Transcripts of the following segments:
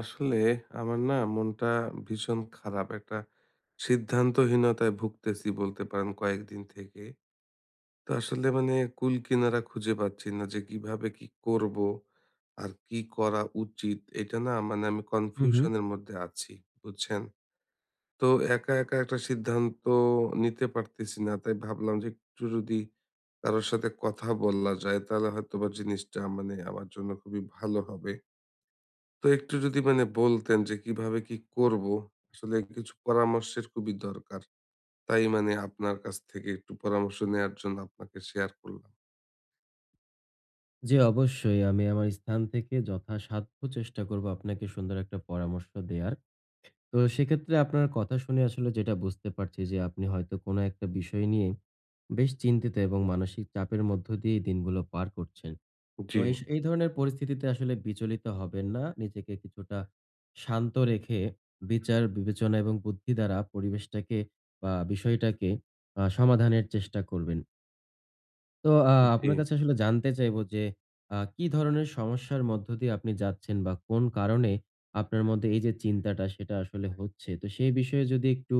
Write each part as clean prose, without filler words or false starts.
আসলে আমার না মনটা ভীষণ খারাপ। একটা সিদ্ধান্তহীনতায় ভুগতেছি বলতে পারেন কয়েকদিন থেকে। তো আসলে কুল কিনারা খুঁজে পাচ্ছি না যে কিভাবে কি করবো? আর কি করা উচিত? এটা না আমি হুম, হুম। কনফিউশন এর মধ্যে আছি, বুঝছেন? তো একা একটা সিদ্ধান্ত নিতে পারতেছি না। তাই ভাবলাম যে একটু যদি কারো সাথে কথা বলা যায় তাহলে হয়তোবা জিনিসটা আমার জন্য খুবই ভালো হবে। তো একটু যদি বলতেন যে কিভাবে কি করব? আসলে কিছু পরামর্শের খুবই দরকার। তাই আপনার কাছ থেকে একটু পরামর্শ নেয়ার জন্য আপনাকে শেয়ার করলাম। জি, অবশ্যই আমি আমার স্থান থেকে যথাসাধ্য চেষ্টা করব আপনাকে সুন্দর একটা পরামর্শ দেয়ার। তো সেক্ষেত্রে আপনার কথা শুনে আসলে যেটা বুঝতে পারছি যে আপনি হয়তো কোনো একটা বিষয় নিয়ে বেশ চিন্তিত এবং মানসিক চাপের মধ্য দিয়েই দিনগুলো পার করছেন। তো জি, এই ধরনের পরিস্থিতিতে আসলে বিচলিত হবেন না। নিজেকে কিছুটা শান্ত রেখে বিচার, বিবেচনা এবং বুদ্ধি দ্বারা পরিবেশটাকে বা বিষয়টাকে সমাধানের চেষ্টা করবেন। তো জি। আপনার কাছে আসলে জানতে চাইবো যে কি ধরনের সমস্যার মধ্য দিয়ে আপনি যাচ্ছেন বা কোন কারণে আপনার মধ্যে এই যে চিন্তাটা সেটা আসলে হচ্ছে। তো সেই বিষয়ে যদি একটু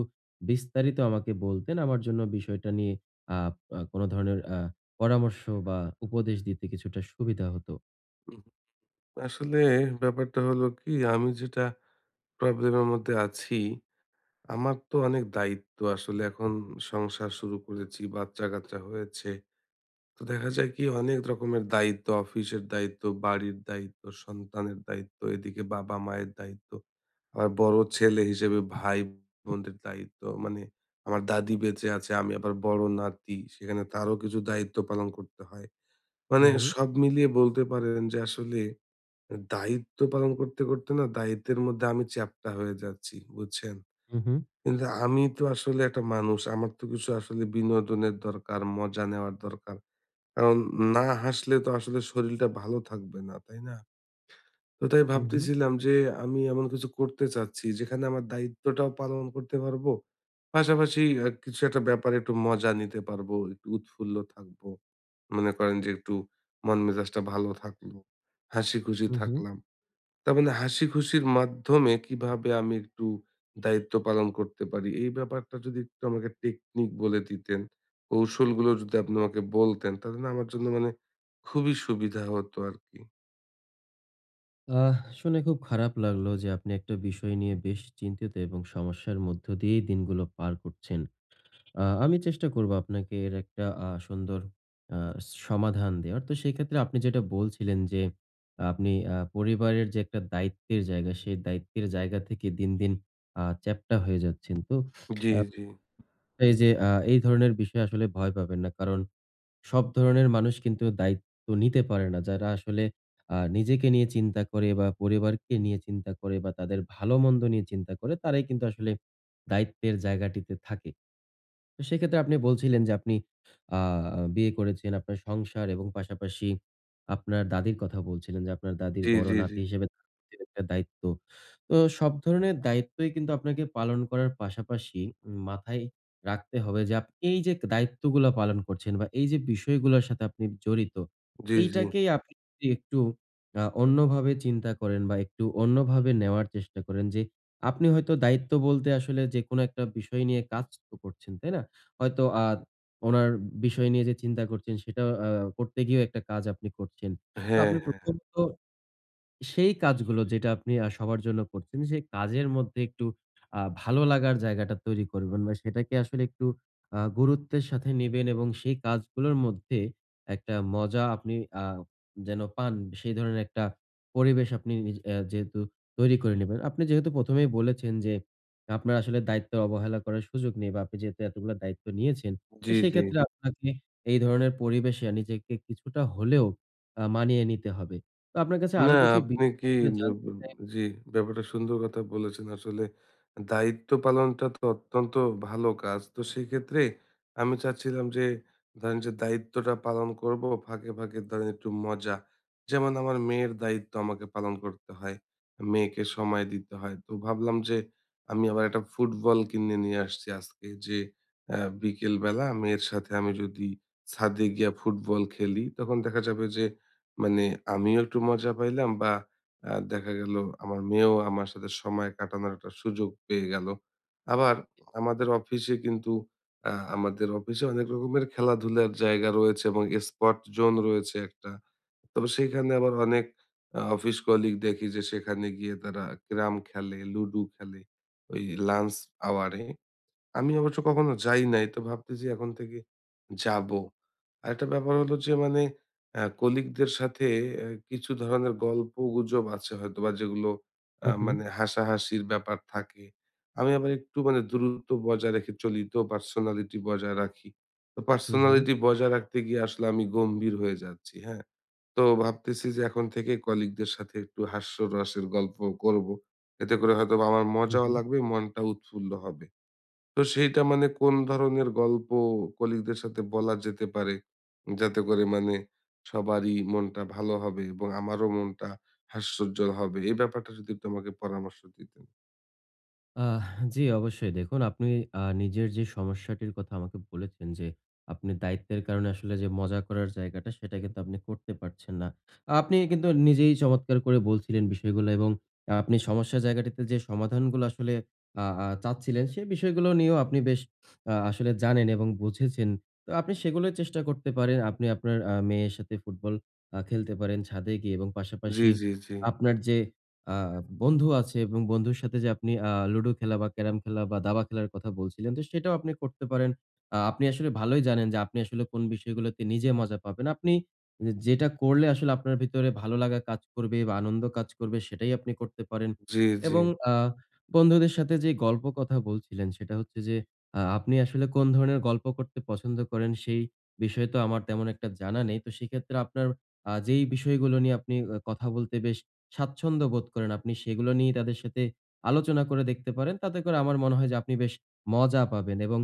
বিস্তারিত আমাকে বলতেন আমার জন্য বিষয়টা নিয়ে আপ আ কোন ধরনের পরামর্শ বা উপদেশ দিতে কিছুটা সুবিধা হতো। উম আসলে ব্যাপারটা হলো কি আমি যেটা প্রবলেম এর মধ্যে আছি, আমার তো অনেক দায়িত্ব আসলে এখন সংসার শুরু করেছি, বাচ্চা-কাচ্চা হয়েছে। তো দেখা যায় কি অনেক রকমের দায়িত্ব, অফিসের দায়িত্ব, বাড়ির দায়িত্ব, সন্তানের দায়িত্ব, এদিকে বাবা-মায়ের দায়িত্ব। আমার বড় ছেলে হিসেবে ভাই-বোনদের দায়িত্ব আমার দাদি বেঁচে আছে, আমি আবার বড় নাতি, সেখানে তারও কিছু দায়িত্ব পালন করতে হয়। হু, হু, সব মিলিয়ে বলতে পারেন যে আসলে দায়িত্ব পালন করতে না দায়িত্বের মধ্যে আমি চ্যাপ্টা হয়ে যাচ্ছি, বুঝছেন? হু, হু, কিন্তু আমি তো আসলে একটা মানুষ, আমার তো কিছু আসলে বিনোদনের দরকার, মজা নেওয়ার দরকার। কারণ না হাসলে তো আসলে শরীরটা ভালো থাকবে না, তাই না? তো তাই হু, হু, ভাবতেছিলাম যে আমি এমন কিছু করতে চাচ্ছি যেখানে আমার দায়িত্বটাও পালন করতে পারবো। পাশাপাশি কিছু একটা ব্যাপারে একটু মজা নিতে পারবো, একটু উৎফুল্ল থাকবো। মনে করেন যে একটু মন মেজাজটা ভালো থাকলো, হাসিখুশি হু, হু। থাকলাম। তার মানে হাসিখুশির মাধ্যমে কিভাবে আমি একটু দায়িত্ব পালন করতে পারি, এই ব্যাপারটা যদি একটু আমাকে টেকনিক বলে দিতেন, কৌশলগুলো যদি আপনি আমাকে বলতেন তাহলে না আমার জন্য খুবই সুবিধা হতো আরকি। আহ, শুনে খুব খারাপ লাগলো যে আপনি একটা বিষয় নিয়ে বেশ চিন্তিত এবং সমস্যার মধ্য দিয়েই দিনগুলো পার করছেন। আমি চেষ্টা করব আপনাকে এর একটা সুন্দর আ সমাধান দেওয়ার। তো সেক্ষেত্রে আপনি যেটা বলছিলেন যে আপনি পরিবারের যে একটা দায়িত্বের জায়গা, সেই দায়িত্বের জায়গা থেকে দিন, দিন চ্যাপ্টা হয়ে যাচ্ছেন। তো জি, জি। এই যে এই ধরনের বিষয় আসলে ভয় পাবেন না। কারণ সব ধরনের মানুষ কিন্তু দায়িত্ব নিতে পারে না। যারা আসলে নিজেকে নিয়ে চিন্তা করে বা পরিবারকে নিয়ে চিন্তা করে বা তাদের ভালো-মন্দ নিয়ে চিন্তা করে, তারাই কিন্তু আসলে দায়িত্বের জায়গাটিতে থাকে। তো সেক্ষেত্রে আপনি বলছিলেন যে আপনি আ বিয়ে করেছেন, আপনার সংসার এবং পাশাপাশি আপনার দাদির কথা বলছিলেন যে আপনার দাদির জি, বড় জি, জি। নাতি হিসেবে তার প্রতিও একটা দায়িত্ব। তো সব ধরনের দায়িত্বই কিন্তু আপনাকে পালন করার পাশাপাশি মাথায় রাখতে হবে যে আপনি এই যে দায়িত্বগুলা পালন করছেন বা এই যে বিষয়গুলোর সাথে আপনি জড়িত, জি, জি। এইটাকেই আপনি যদি একটু অন্যভাবে চিন্তা করেন বা একটু অন্যভাবে নেওয়ার চেষ্টা করেন যে আপনি হয়তো দায়িত্ব বলতে আসলে যেকোনো একটা বিষয় নিয়ে কাজ তো করছেন, তাই না? হয়তো উনার বিষয় নিয়ে যে চিন্তা করছেন সেটা করতে গিয়েও একটা কাজ আপনি করছেন। তো হ্যাঁ, আপনি হ্যাঁ। প্রথমত সেই কাজগুলো যেটা আপনি সবার জন্য করছেন, সেই কাজের মধ্যে একটু ভালো লাগার জায়গাটা তৈরি করবেন। মানে সেটাকে আসলে একটু গুরুত্বের সাথে নিবেন এবং সেই কাজগুলোর মধ্যে একটা মজা আপনি আ যেন পান, সেই ধরনের একটা পরিবেশ আপনি নিজ যেহেতু তৈরি করে নিবেন। আপনি যেহেতু ১ম এই বলেছেন যে, আপনার আসলে দায়িত্বের অবহেলা করার সুযোগ নেই বা আপনি যেহেতু এতগুলা দায়িত্ব নিয়েছেন, তো জি, জি। সেক্ষেত্রে জি। আপনাকে এই ধরনের পরিবেশে নিজেকে কিছুটা হলেও মানিয়ে নিতে হবে। তো আপনার কাছে না, আরো কিছু আপনি কি বিষয় নে ব জানতে চাই। জি, ব্যাপারটা সুন্দর কথা বলেছেন। আসলে দায়িত্ব পালনটা তো অত্যন্ত ভালো কাজ। তো সেক্ষেত্রে আমি চাচ্ছিলাম যে ধরেন যে দায়িত্বটা পালন করব ফাঁকে ধরেন একটু মজা। যেমন আমার মেয়ের দায়িত্ব আমাকে পালন করতে হয়। মেয়েকে সময় দিতে হয়। তো ভাবলাম যে আমি আবার একটা ফুটবল কিনে নিয়ে আসছি আজকে যে বিকেলবেলা মেয়ের সাথে আমি যদি ছাদে গিয়া ফুটবল খেলি, তখন দেখা যাবে যে মানে আমিও একটু মজা পাইলাম বা দেখা গেল আমার মেয়েও আমার সাথে সময় কাটানোর একটা সুযোগ পেয়ে গেল। আবার আমাদের অফিসে কিন্তু আমাদের অফিসে অনেক রকমের খেলাধুলার জায়গা রয়েছে এবং স্পট জোন রয়েছে একটা। তবে সেখানে আবার অনেক অফিস কলিগ দেখি যে সেখানে গিয়ে তারা ক্যারাম খেলে, লুডু খেলে ওই লাঞ্চ আওয়ারে। আমি অবশ্য কখনো যাই নাই। তো ভাবতেছি এখন থেকে যাবো। আরেকটা ব্যাপার হলো যে মানে আ কলিগদের সাথে কিছু ধরনের গল্পগুজব আছে হয়তোবা যেগুলো আ হু, হু, মানে হাসাহাসির ব্যাপার থাকে। আমি আবার একটু দূরত্ব বজায় রেখে চলি তো পার্সোনালিটি বজায় রাখি। তো হু, হু, পার্সোনালিটি বজায় রাখতে গিয়ে আসলে আমি গম্ভীর হয়ে যাচ্ছি, হ্যাঁ? তো ভাবতেছি যে এখন থেকে কলিগদের সাথে একটু হাস্যরসের গল্প করব। এতে করে হয়তোবা আমার হু, মজাও হু। লাগবে, মনটা উৎফুল্ল হবে। তো সেইটা কোন ধরনের গল্প কলিগদের সাথে বলা যেতে পারে? যাতে করে সবারই মনটা ভালো হবে এবং আমারও মনটা হাস্যোজ্জ্বল হবে। এই ব্যাপারটা যদি একটু আমাকে পরামর্শ দিতেন। আহ, জি, অবশ্যই। দেখুন, আপনি নিজের যে সমস্যাটির কথা আমাকে বলেছেন যে আপনি দায়িত্বের কারণে আসলে যে মজা করার জায়গাটা, সেটা কিন্তু আপনি করতে পারছেন না। আপনি কিন্তু নিজেই চমৎকার করে বলছিলেন বিষয়গুলো, এবং আপনি সমস্যার জায়গাটিতে যে সমাধানগুলো আসলে আ আ চাচ্ছিলেন, সে বিষয়গুলো নিয়েও আপনি বেশ আসলে জানেন এবং বুঝেছেন। তো আপনি সেগুলোই চেষ্টা করতে পারেন। আপনি আপনার মেয়ের সাথে ফুটবল খেলতে পারেন ছাদে গিয়ে, এবং জি, পাশাপাশি জি, জি। আপনার যে আ বন্ধু আছে এবং বন্ধুর সাথে যে আপনি লুডো খেলা বা ক্যারাম খেলা বা দাবা খেলার কথা বলছিলেন, তো সেটাও আপনি করতে পারেন। আপনি আসলে ভালোই জানেন যে আপনি আসলে কোন বিষয়গুলোতে নিজে মজা পাবেন। আপনি যে যেটা করলে আসলে আপনার ভিতরে ভালো লাগা কাজ করবে বা আনন্দ কাজ করবে, সেটাই আপনি করতে পারেন। জি, জি। এবং আ বন্ধুদের সাথে যে গল্প কথা বলছিলেন সেটা হচ্ছে যে আপনি আসলে কোন ধরনের গল্প করতে পছন্দ করেন সেই বিষয়ে তো আমার তেমন একটা জানা নেই। তো সেক্ষেত্রে আপনার যেই বিষয়গুলো নিয়ে আপনি কথা বলতে বেশ স্বাচ্ছন্দ্য বোধ করেন, আপনি সেগুলো নিয়ে তাদের সাথে আলোচনা করে দেখতে পারেন। তাতে করে আমার মনে হয় যে আপনি বেশ মজা পাবেন এবং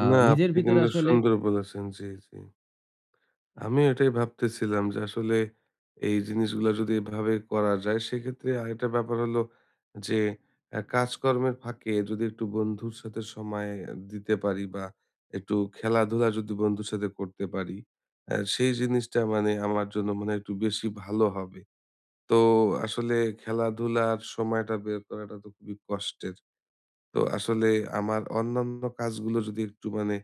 আ না নিজের আপনি ভিতরে কিন্তু আসলে। সুন্দর বলেছেন। জি, জি। আমিও এটাই ভাবতেছিলাম যে আসলে এই জিনিসগুলা যদি এভাবে করা যায় সেক্ষেত্রে আরেকটা ব্যাপার হলো যে কাজকর্মের ফাঁকে যদি একটু বন্ধুর সাথে সময় দিতে পারি বা একটু খেলাধুলা যদি বন্ধুর সাথে করতে পারি সেই জিনিসটা আমার জন্য একটু বেশি ভালো হবে তো আসলে খেলাধুলার সময়টা বের করাটা তো খুবই কষ্টের তো আসলে আমার অন্যান্য কাজগুলো যদি একটু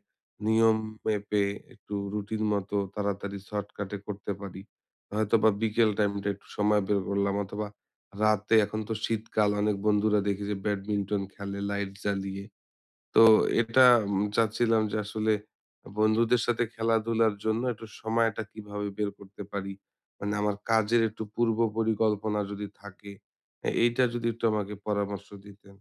নিয়ম মেপে একটু রুটিন মতো তাড়াতাড়ি শর্টকাটে করতে পারি হয়তো বা বিকেল টাইমটা একটু সময় বের করলাম অথবা রাতে এখন তো শীতকাল অনেক বন্ধুরা দেখি যে ব্যাডমিন্টন খেলে লাইট জ্বালিয়ে তো এটা চাচ্ছিলাম যে আসলে বন্ধুদের সাথে খেলাধুলার জন্য একটু সময়টা কিভাবে বের করতে পারি আমার কাজের একটু পূর্ব পরিকল্পনা যদি থাকে এইটা যদি একটু আমাকে পরামর্শ দিতেন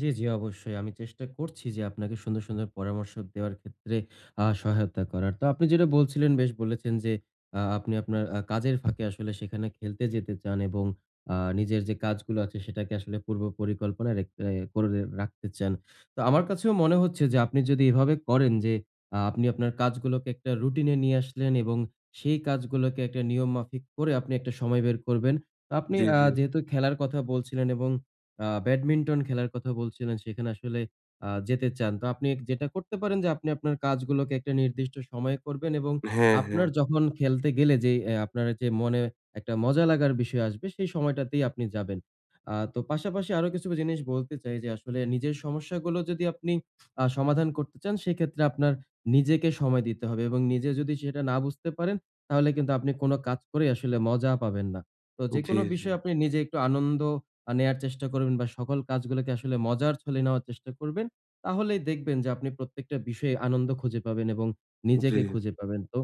জি, জি, অবশ্যই। আমি চেষ্টা করছি যে আপনাকে সুন্দর, সুন্দর পরামর্শ দেওয়ার ক্ষেত্রে সহায়তা করার। তো আপনি যেটা বলছিলেন বেশ বলেছেন যে আপনি আপনার কাজের ফাঁকে আসলে সেখানে খেলতে যেতে চান, এবং নিজের যে কাজগুলো আছে সেটাকে আসলে পূর্ব পরিকল্পনায় রেখ এ করে রাখতে চান। তো আমার কাছেও মনে হচ্ছে যে আপনি যদি এভাবে করেন যে আপনি আপনার কাজগুলোকে একটা রুটিনে নিয়ে আসলেন এবং সেই কাজগুলোকে একটা নিয়ম মাফিক করে আপনি একটা সময় বের করবেন। তো আপনি জি জি যেহেতু খেলার কথা বলছিলেন এবং ব্যাডমিন্টন খেলার কথা বলছিলেন, সেখানে আসলে যেতে চান। তো আপনি যেটা করতে পারেন যে আপনি আপনার কাজগুলোকে একটা নির্দিষ্ট সময়ে করবেন এবং হ্যাঁ, আপনার হ্যাঁ। যখন খেলতে গেলে যে আপনার যে মনে একটা মজা লাগার বিষয় আসবে, সেই সময়টাতেই আপনি যাবেন। তো পাশাপাশি আরো কিছু জিনিস বলতে চাই যে আসলে নিজের সমস্যাগুলো যদি আপনি সমাধান করতে চান, সেক্ষেত্রে আপনার নিজেকে সময় দিতে হবে, এবং নিজে যদি সেটা না বুঝতে পারেন, তাহলে কিন্তু আপনি কোন কাজ করেই আসলে মজা পাবেন না। তো জি, যেকোনো জি, বিষয়ে আপনি নিজে একটু আনন্দ নেয়ার চেষ্টা করবেন বা সকল কাজগুলোকে আসলে মজার ছলে নেওয়ার চেষ্টা করবেন। তাহলেই দেখবেন যে আপনি প্রত্যেকটা বিষয়ে আনন্দ খুঁজে পাবেন এবং জি। নিজেকে খুঁজে পাবেন। তো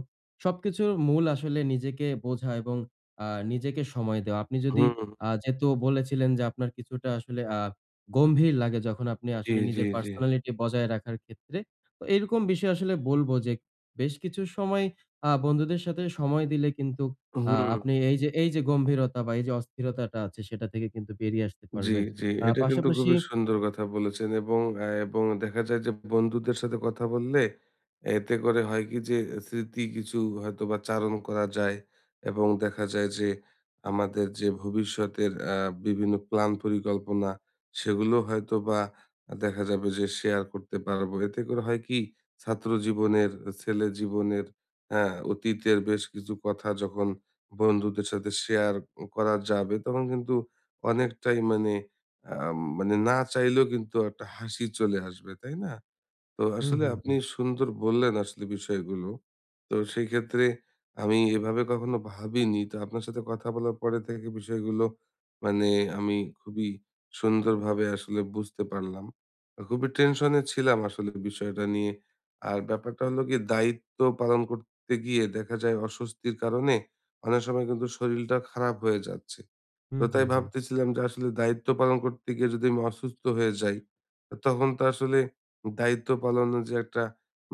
সবকিছুর মূল আসলে নিজেকে বোঝা এবং নিজেকে সময় দেওয়া। আপনি যদি হুম, যেহেতু বলেছিলেন যে আপনার কিছুটা আসলে গম্ভীর লাগে যখন আপনি জি, আসলে জি, নিজের জি। পার্সোনালিটি বজায় রাখার ক্ষেত্রে। তো এরকম বিষয় আসলে বলব যে বেশ কিছু সময় বন্ধুদের সাথে সময় দিলে কিন্তু হুম। আপনি এই যে গম্ভীরতা বা এই যে অস্থিরতাটা আছে সেটা থেকে কিন্তু বেরিয়ে আসতে জি, পারবেন। জি। এটা কিন্তু পাশাপাশি খুবই সুন্দর কথা বলেছেন এবং এবং দেখা যায় যে বন্ধুদের সাথে কথা বললে এতে করে হয় কি যে স্মৃতি কিছু হয়তোবা চারণ করা যায় এবং দেখা যায় যে আমাদের যে ভবিষ্যতের বিভিন্ন প্ল্যান পরিকল্পনা সেগুলো হয়তোবা দেখা যাবে যে শেয়ার করতে পারবো। এতে করে হয় কি ছাত্র জীবনের, ছেলে জীবনের, হ্যাঁ, অতীতের বেশ কিছু কথা যখন বন্ধুদের সাথে শেয়ার করা যাবে তখন কিন্তু অনেকটাই মানে আম মানে না চাইলেও কিন্তু একটা হাসি চলে আসবে, তাই না? তো হুম, আসলে হুম, আপনি হুম। সুন্দর বললেন আসলে বিষয়গুলো। তো সেক্ষেত্রে আমি এভাবে কখনো ভাবিনি। তো আপনার সাথে কথা বলার পরে থেকে বিষয়গুলো মানে আমি খুবই সুন্দরভাবে আসলে বুঝতে পারলাম। খুবই টেনশনে ছিলাম আসলে বিষয়টা নিয়ে। আর ব্যাপারটা হলো গিয়ে দায়িত্ব পালন করতে গিয়ে দেখা যায় অস্বস্তির কারণে অনেক সময় কিন্তু শরীলটা খারাপ হয়ে যাচ্ছে। তো হুম, তাই হুম, হুম। ভাবতেছিলাম যে আসলে দায়িত্ব পালন করতে গিয়ে যদি আমি অসুস্থ হয়ে যাই তখন তো আসলে দায়িত্ব পালনের যে একটা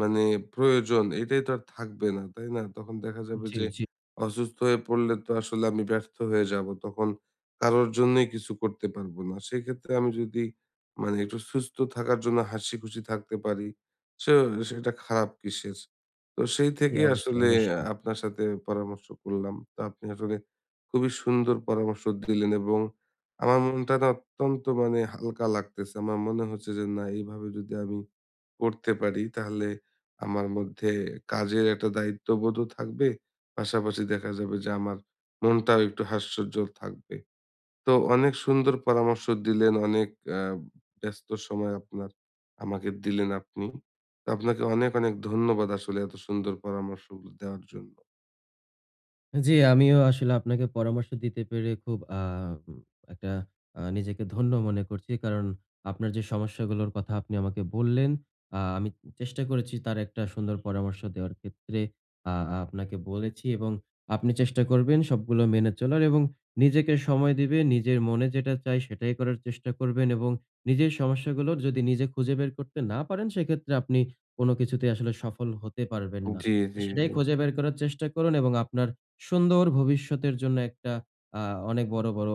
মানে প্রয়োজন এটাই তো আর থাকবে না তাই না তখন দেখা যাবে জি, যে জি, অসুস্থ হয়ে পড়লে তো আসলে আমি ব্যর্থ হয়ে যাব তখন কারোর জন্যই কিছু করতে পারবো না সেক্ষেত্রে আমি যদি একটু সুস্থ থাকার জন্য হাসি খুশি থাকতে পারি সে সেটা খারাপ কিসের তো সেই জি, থেকেই অবশ্যই, আসলে অবশ্যই। আপনার সাথে পরামর্শ করলাম তো আপনি আসলে খুবই সুন্দর পরামর্শ দিলেন এবং আমার মনটা না অত্যন্ত হালকা লাগতেছে। আমার মনে হচ্ছে যে না এইভাবে যদি আমি করতে পারি তাহলে আমার মধ্যে কাজের একটা দায়িত্ববোধও থাকবে। পাশাপাশি দেখা যাবে যে আমার মনটাও একটু হাস্যোজ্জ্বল থাকবে। তো অনেক সুন্দর পরামর্শ দিলেন, অনেক আ ব্যস্ত সময় আপনার আমাকে দিলেন আপনি। তো আপনাকে অনেক ধন্যবাদ আসলে এত সুন্দর পরামর্শগুলো দেওয়ার জন্য। জি, আমিও আসলে আপনাকে পরামর্শ দিতে পেরে খুব আ উম একটা নিজেকে ধন্য মনে করছি। কারণ আপনার যে সমস্যাগুলোর কথা আপনি আমাকে বললেন, আমি চেষ্টা করেছি তার একটা সুন্দর পরামর্শ দেওয়ার ক্ষেত্রে আ আপনাকে বলেছি, এবং আপনি চেষ্টা করবেন সবগুলো মেনে চলার, এবং নিজেকে সময় দিবেন, নিজের মনে যেটা চাই সেটাই করার চেষ্টা করবেন, এবং নিজের সমস্যাগুলোর যদি নিজে খুঁজে বের করতে না পারেন সেক্ষেত্রে আপনি কোনো কিছুতেই আসলে সফল হতে পারবেন না। জি, জি, সেটাই জি। খুঁজে বের করার চেষ্টা করুন, এবং আপনার সুন্দর ভবিষ্যতের জন্য একটা আ অনেক বড়, বড়